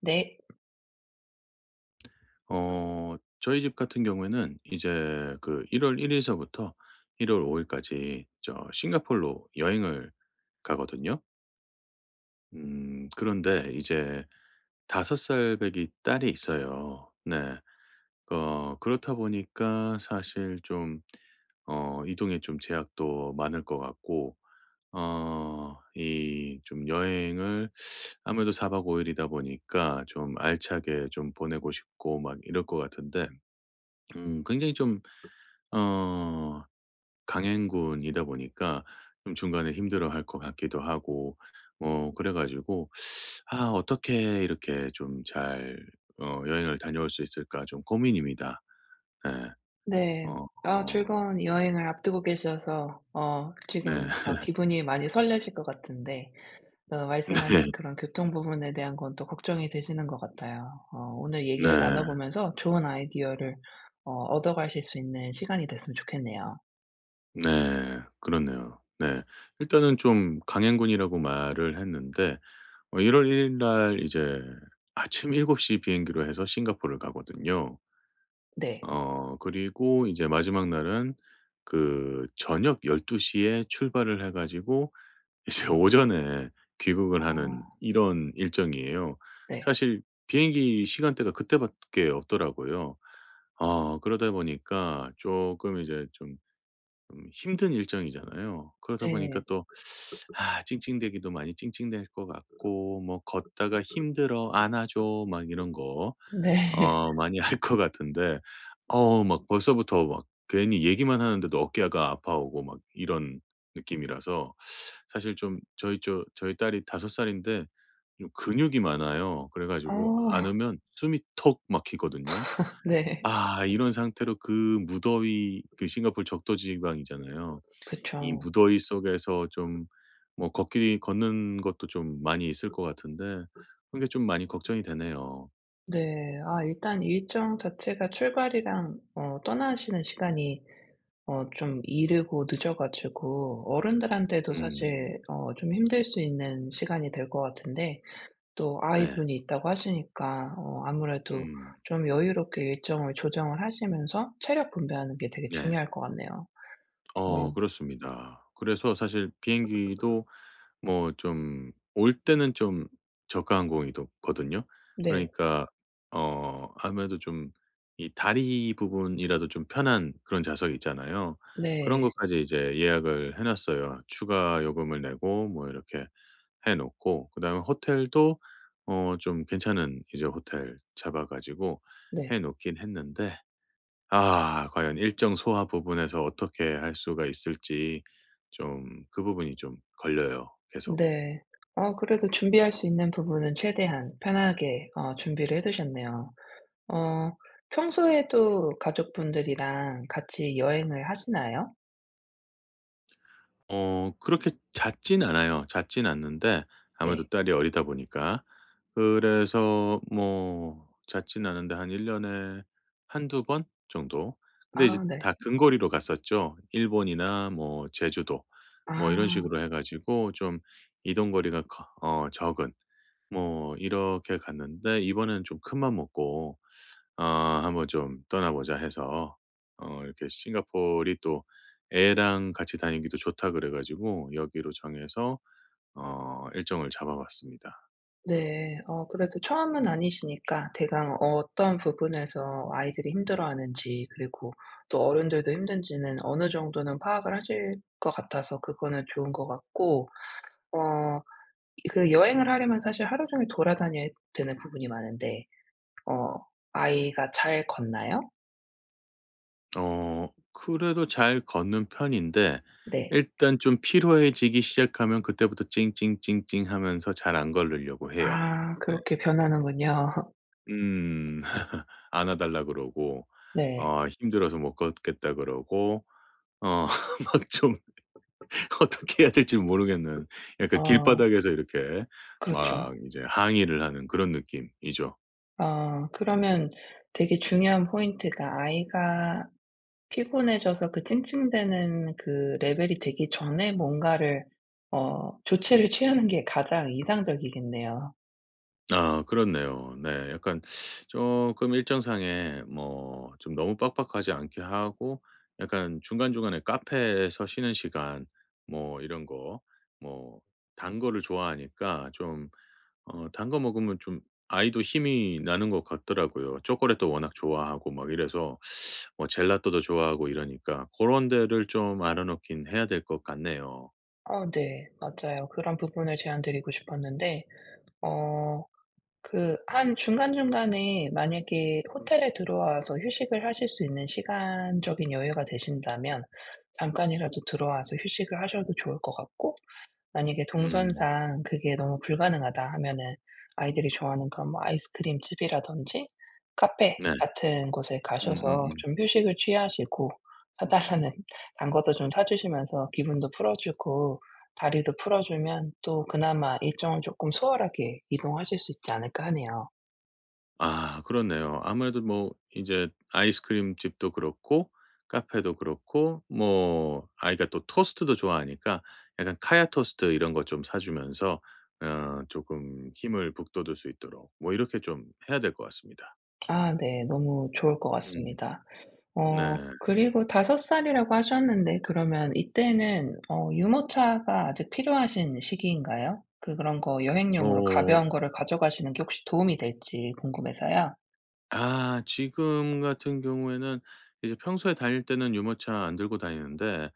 네. 저희 집 같은 경우에는 이제 그 1 월 1 일서부터 1월 5 일까지 저 싱가폴로 여행을 가거든요. 그런데 이제 5살 배기 딸이 있어요. 네. 그렇다 보니까 사실 좀 이동에 좀 제약도 많을 것 같고 이 좀 여행을 아무래도 4박 5 일이다 보니까 좀 알차게 좀 보내고 싶고 막 이럴 것 같은데 굉장히 좀 어 강행군이다 보니까 좀 중간에 힘들어할 것 같기도 하고 그래 가지고 '아 어떻게 이렇게 좀 잘 여행을 다녀올 수 있을까.' 좀 고민입니다. 네. 네. 어 아, 어 즐거운 여행을 앞두고 계셔서 네. 지금 막 기분이 많이 설레실 것 같은데, 말씀하신 그런 교통 부분에 대한 건 또 걱정이 되시는 것 같아요. 오늘 얘기를 나눠 네. 보면서 좋은 아이디어를 얻어 가실 수 있는 시간이 됐으면 좋겠네요. 네. 그렇네요. 네. 일단은 좀 강행군이라고 말을 했는데 1 월 1일 날 이제 아침 7시 비행기로 해서 싱가포르를 가거든요. 네. 그리고 이제 마지막 날은 그 저녁 12시에 출발을 해 가지고 이제 오전에 귀국을 아, 하는 이런 일정이에요. 네. 사실 비행기 시간대가 그때 밖에 없더라고요. 그러다 보니까 조금 이제 좀 힘든 일정이잖아요. 그러다 보니까 네. 또 아 찡찡대기도 많이 찡찡댈 것 같고 뭐 "걷다가 힘들어. 안아 줘." 막 이런 거 네. 많이 할 것 같은데 어우 막 벌써부터 막 괜히 얘기만 하는데도 어깨가 아파오고 막 이런 느낌이라서 사실 좀 저희 딸이 5살인데 좀 근육이 많아요. 그래 가지고 아, 안으면 숨이 턱 막히거든요. 네. 아 이런 상태로 그 무더위 그 싱가포르 적도지방이잖아요. 이 그쵸. 무더위 속에서 좀 뭐 걷기 걷는 것도 좀 많이 있을 것 같은데 그런 게 좀 많이 걱정이 되네요. 네. 아, 일단 일정 자체가 출발이랑 떠나시는 시간이 좀 이르고 늦어 가지고 어른들한테도 음. 사실 좀 힘들 수 있는 시간이 될 것 같은데, 또 네. 아이분이 있다고 하시니까 아무래도 음. 좀 여유롭게 일정을 조정을 하시면서 체력 분배하는 게 되게 네. 중요할 것 같네요. 어 그렇습니다. 그래서 사실 비행기도 뭐 좀 올 때는 좀 저가 항공이거든요. 네. 그러니까 아무래도 좀 이 다리 부분이라도 좀 편한 그런 좌석 있잖아요. 그런 네. 것까지 이제 예약을 해 놨어요. 추가 요금을 내고 뭐 이렇게 해 놓고 그다음에 호텔도 좀 괜찮은 이제 호텔 잡아 가지고 네. 해 놓긴 했는데 아 과연 일정 소화 부분에서 어떻게 할 수가 있을지 좀 그 부분이 좀 걸려요 계속. 네. 아, 그래도 준비할 수 있는 부분은 최대한 편하게 준비를 해 두셨네요. 어 평소에도 가족분들이랑 같이 여행을 하시나요? 그렇게 잦진 않아요. 잦진 않는데 아무래도 네. 딸이 어리다 보니까. 그래서 뭐 잦진 않은데 한 1 년에 한두 번 정도? 근데 이제 아, 네. 다 근거리로 갔었죠. 일본이나 뭐 제주도 뭐 이런 아, 식으로 해 가지고 좀 이동 거리가 커 적은 뭐 이렇게 갔는데 이번에는 좀 큰맘 먹고 한번 좀 떠나보자 해서 이렇게 싱가포르이 또 애랑 같이 다니기도 좋다 그래 가지고 여기로 정해서 일정을 잡아 봤습니다. 네. 그래도 처음은 아니시니까 대강 어떤 부분에서 아이들이 힘들어하는지, 그리고 또 어른들도 힘든지는 어느 정도는 파악을 하실 것 같아서 그거는 좋은 것 같고, 어 그 여행을 하려면 사실 하루 종일 돌아다녀야 되는 부분이 많은데, 어 아이가 잘 걷나요? 그래도 잘 걷는 편인데 네. 일단 좀 피로해지기 시작하면 그때부터 찡찡찡찡 하면서 잘 안 걸으려고 해요. 아, 네. 그렇게 변하는군요. 음. 안와 달라 그러고 네. 힘들어서 못 걷겠다 그러고 어 막좀 어떻게 해야 될지 모르겠는 약간 어 길바닥에서 이렇게 그렇죠. 막 이제 항의를 하는 그런 느낌이죠. 그러면 되게 중요한 포인트가, 아이가 피곤해져서 그 찡찡대는 그 레벨이 되기 전에 뭔가를 조치를 취하는 게 가장 이상적이겠네요. 아 그렇네요. 네. 약간 조금 일정상에 뭐 좀 너무 빡빡하지 않게 하고 약간 중간중간에 카페에서 쉬는 시간 뭐 이런 거 뭐 단 거를 좋아하니까 좀 단거 먹으면 좀 아이도 힘이 나는 것 같더라고요. 초콜릿도 워낙 좋아하고 막 이래서 뭐 젤라또도 좋아하고 이러니까 그런 데를 좀 알아 놓긴 해야 될 것 같네요. 네. 맞아요. 그런 부분을 제안 드리고 싶었는데, 어 그 한 중간중간에 만약에 호텔에 들어와서 휴식을 하실 수 있는 시간적인 여유가 되신다면 잠깐이라도 들어와서 휴식을 하셔도 좋을 것 같고, 만약에 음 동선상 그게 너무 불가능하다 하면은 아이들이 좋아하는 그런 뭐 아이스크림 집이라든지 카페 네. 같은 곳에 가셔서 음음음. 좀 휴식을 취하시고, 사 달라는 단 것도 좀 사 주시면서 기분도 풀어주고 다리도 풀어주면 또 그나마 일정을 조금 수월하게 이동하실 수 있지 않을까 하네요. 아 그렇네요. 아무래도 뭐 이제 아이스크림 집도 그렇고 카페도 그렇고 뭐 아이가 또 토스트도 좋아하니까 약간 카야 토스트 이런 거 좀 사 주면서 조금 힘을 북돋을 수 있도록 뭐 이렇게 좀 해야 될 것 같습니다. 아, 네. 너무 좋을 것 음 같습니다. 네. 그리고 5살 살이라고 하셨는데, 그러면 이때는 유모차가 아직 필요하신 시기인가요? 그런 거 여행용으로 어. 가벼운 거를 가져가시는 게 혹시 도움이 될지 궁금해서요. 아 지금 같은 경우에는 이제 평소에 다닐 때는 유모차 안 들고 다니는데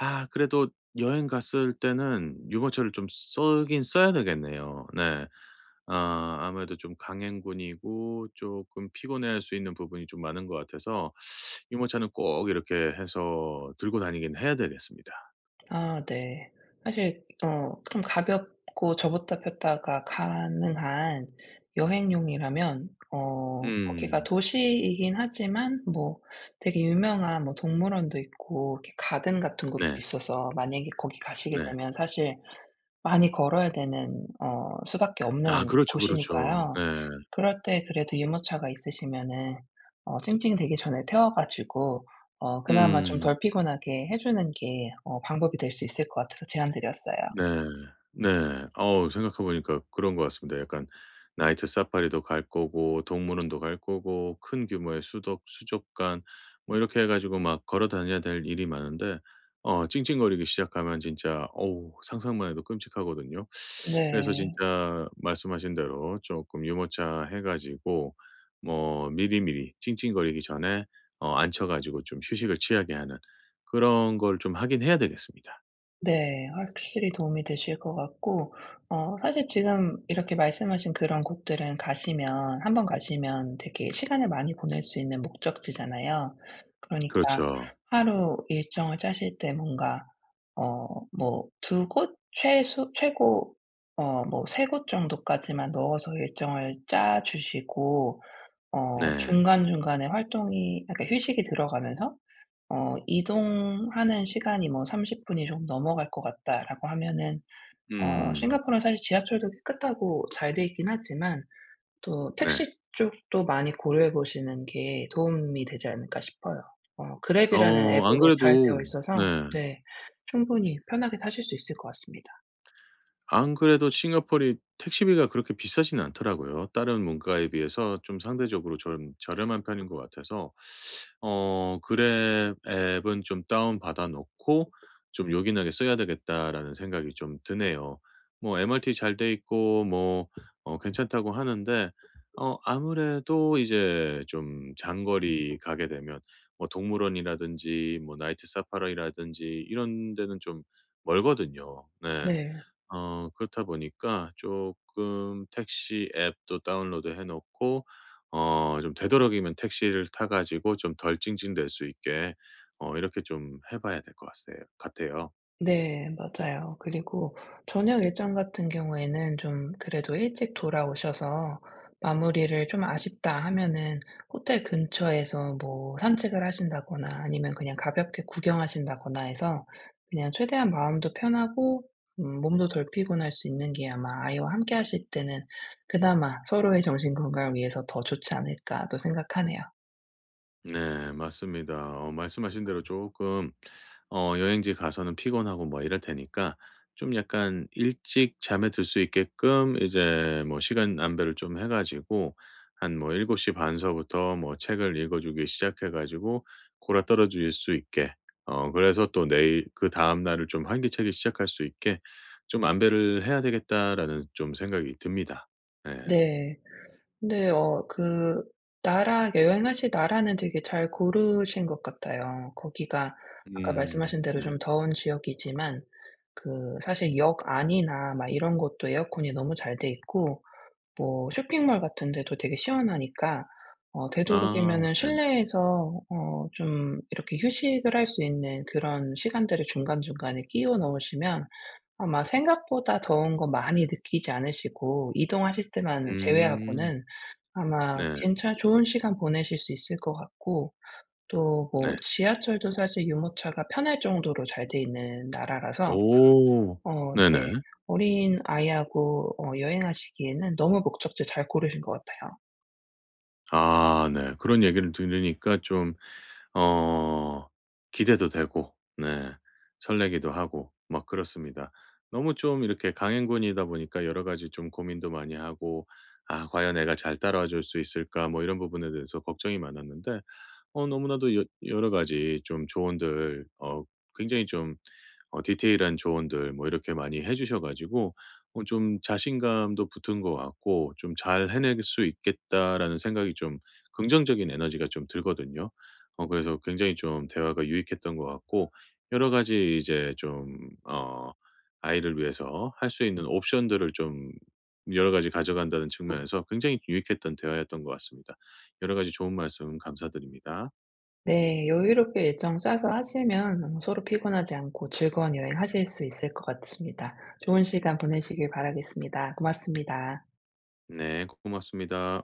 아 그래도 여행 갔을 때는 유모차를 좀 써긴 써야 되겠네요. 네. 아 아무래도 좀 강행군이고 조금 피곤해할 수 있는 부분이 좀 많은 것 같아서 유모차는 꼭 이렇게 해서 들고 다니긴 해야 되겠습니다. 아, 네. 사실 좀 가볍고 접었다 폈다가 가능한 여행용이라면, 거기가 음. 도시이긴 하지만 뭐 되게 유명한 뭐 동물원도 있고 이렇게 가든 같은 곳도 네. 있어서 만약에 거기 가시게 네. 되면 사실 많이 걸어야 되는 수밖에 아 없는 그렇죠, 그렇죠. 네. 곳이니까요. 그럴 때 그래도 유모차가 있으시면은 찡찡되기 전에 태워 가지고 그나마 좀 음. 덜 피곤하게 해 주는 게 방법이 될 수 있을 것 같아서 제안 드렸어요. 네. 네. 어우 생각해 보니까 그런 것 같습니다. 약간 나이트 사파리도 갈 거고 동물원도 갈 거고 큰 규모의 수덕 수족관 뭐 이렇게 해 가지고 막 걸어 다녀야 될 일이 많은데 찡찡거리기 시작하면 진짜 어우 상상만 해도 끔찍하거든요. 그래서 네. 진짜 말씀하신 대로 쪼끔 유모차 해 가지고 뭐 미리미리 찡찡거리기 전에 앉혀 가지고 좀 휴식을 취하게 하는 그런 걸 좀 하긴 해야 되겠습니다. 네. 확실히 도움이 되실 것 같고, 사실 지금 이렇게 말씀하신 그런 곳들은 가시면 한 번 가시면 되게 시간을 많이 보낼 수 있는 목적지잖아요. 그러니까 그렇죠. 하루 일정을 짜실 때 뭔가 뭐 두 곳, 최소 최고 뭐 세 곳 정도까지만 넣어서 일정을 짜 주시고, 네. 중간중간에 활동이, 그러니까 휴식이 들어가면서, 이동하는 시간이 뭐 30분 분이 좀 넘어갈 것 같다라고 하면은, 음. 싱가포르는 사실 지하철도 깨끗하고 잘 돼 있긴 하지만 또 네. 택시 쪽도 많이 고려해 보시는 게 도움이 되지 않을까 싶어요. 그랩이라는 안 앱으로 잘 되어 그래도 네. 있어서, 네, 충분히 편하게 타실 수 있을 것 같습니다. 안 그래도 싱가포르이 택시비가 그렇게 비싸지는 않더라고요. 다른 문가에 비해서 좀 상대적으로 좀 저렴한 편인 것 같아서 그랩 앱은 좀 다운 받아 놓고 좀 '요긴하게 써야 되겠다.'라는 생각이 좀 드네요. 뭐 MRT 잘 돼 있고 뭐 괜찮다고 하는데 아무래도 이제 좀 장거리 가게 되면 뭐 동물원이라든지 뭐 나이트 사파리라든지 이런 데는 좀 멀거든요. 네. 네. 그렇다 보니까 조금 택시 앱도 다운로드 해 놓고 좀 되도록이면 택시를 타 가지고 좀 덜 찡찡될 수 있게 이렇게 좀 해 봐야 될 것 같아요. 네, 맞아요. 그리고 저녁 일정 같은 경우에는 좀 그래도 일찍 돌아오셔서 마무리를 좀 아쉽다 하면은 호텔 근처에서 뭐 산책을 하신다거나 아니면 그냥 가볍게 구경하신다거나 해서, 그냥 최대한 마음도 편하고 몸도 덜 피곤할 수 있는 게 아마 아이와 함께 하실 때는 그나마 서로의 정신 건강을 위해서 더 좋지 않을까 또 생각하네요. 네 맞습니다. 말씀하신 대로 조금 여행지 가서는 피곤하고 뭐 이럴 테니까 좀 약간 일찍 잠에 들 수 있게끔 이제 뭐 시간 안배를 좀 해 가지고 한 뭐7시 반 서부터 뭐 책을 읽어 주기 시작해 가지고 골아떨어질 수 있게 그래서 또 내일 그다음 날을 좀 활기차게 시작할 수 있게 좀 '안배를 해야 되겠다.'라는 좀 생각이 듭니다. 네. 네. 근데 그 나라, 여행하실 나라는 되게 잘 고르신 것 같아요. 거기가 아까 음. 말씀하신 대로 네. 좀 더운 지역이지만, 그 사실 역 안이나 막 이런 것도 에어컨이 너무 잘 돼 있고 뭐 쇼핑몰 같은 데도 되게 시원하니까, 아 되도록이면은 네네. 실내에서 좀 이렇게 휴식을 할 수 있는 그런 시간들을 중간중간에 끼워 넣으시면 아마 생각보다 더운 거 많이 느끼지 않으시고, 이동하실 때만 음. 제외하고는 아마 네. 괜찮 좋은 시간 보내실 수 있을 것 같고, 또 뭐 네. 지하철도 사실 유모차가 편할 정도로 잘 돼 있는 나라라서 오. 네네. 네. 어린 아이하고 여행하시기에는 너무 목적지 잘 고르신 것 같아요. 아 네. 그런 얘기를 들으니까 좀 어 기대도 되고 네 설레기도 하고 막 그렇습니다. 너무 좀 이렇게 강행군이다 보니까 여러 가지 좀 고민도 많이 하고 '아 과연 애가 잘 따라와 줄 수 있을까?' 뭐 이런 부분에 대해서 걱정이 많았는데 너무나도 여 여러 가지 좀 조언들 굉장히 좀 디테일한 조언들 뭐 이렇게 많이 해 주셔 가지고 좀 자신감도 붙은 것 같고 좀 '잘 해낼 수 있겠다.'라는 생각이 좀 긍정적인 에너지가 좀 들거든요. 그래서 굉장히 좀 대화가 유익했던 것 같고 여러 가지 이제 좀 아이를 위해서 할 수 있는 옵션들을 좀 여러 가지 가져간다는 측면에서 굉장히 유익했던 대화였던 것 같습니다. 여러 가지 좋은 말씀 감사드립니다. 네. 여유롭게 일정 짜서 하시면 서로 피곤하지 않고 즐거운 여행하실 수 있을 것 같습니다. 좋은 시간 보내시길 바라겠습니다. 고맙습니다. 네 고맙습니다.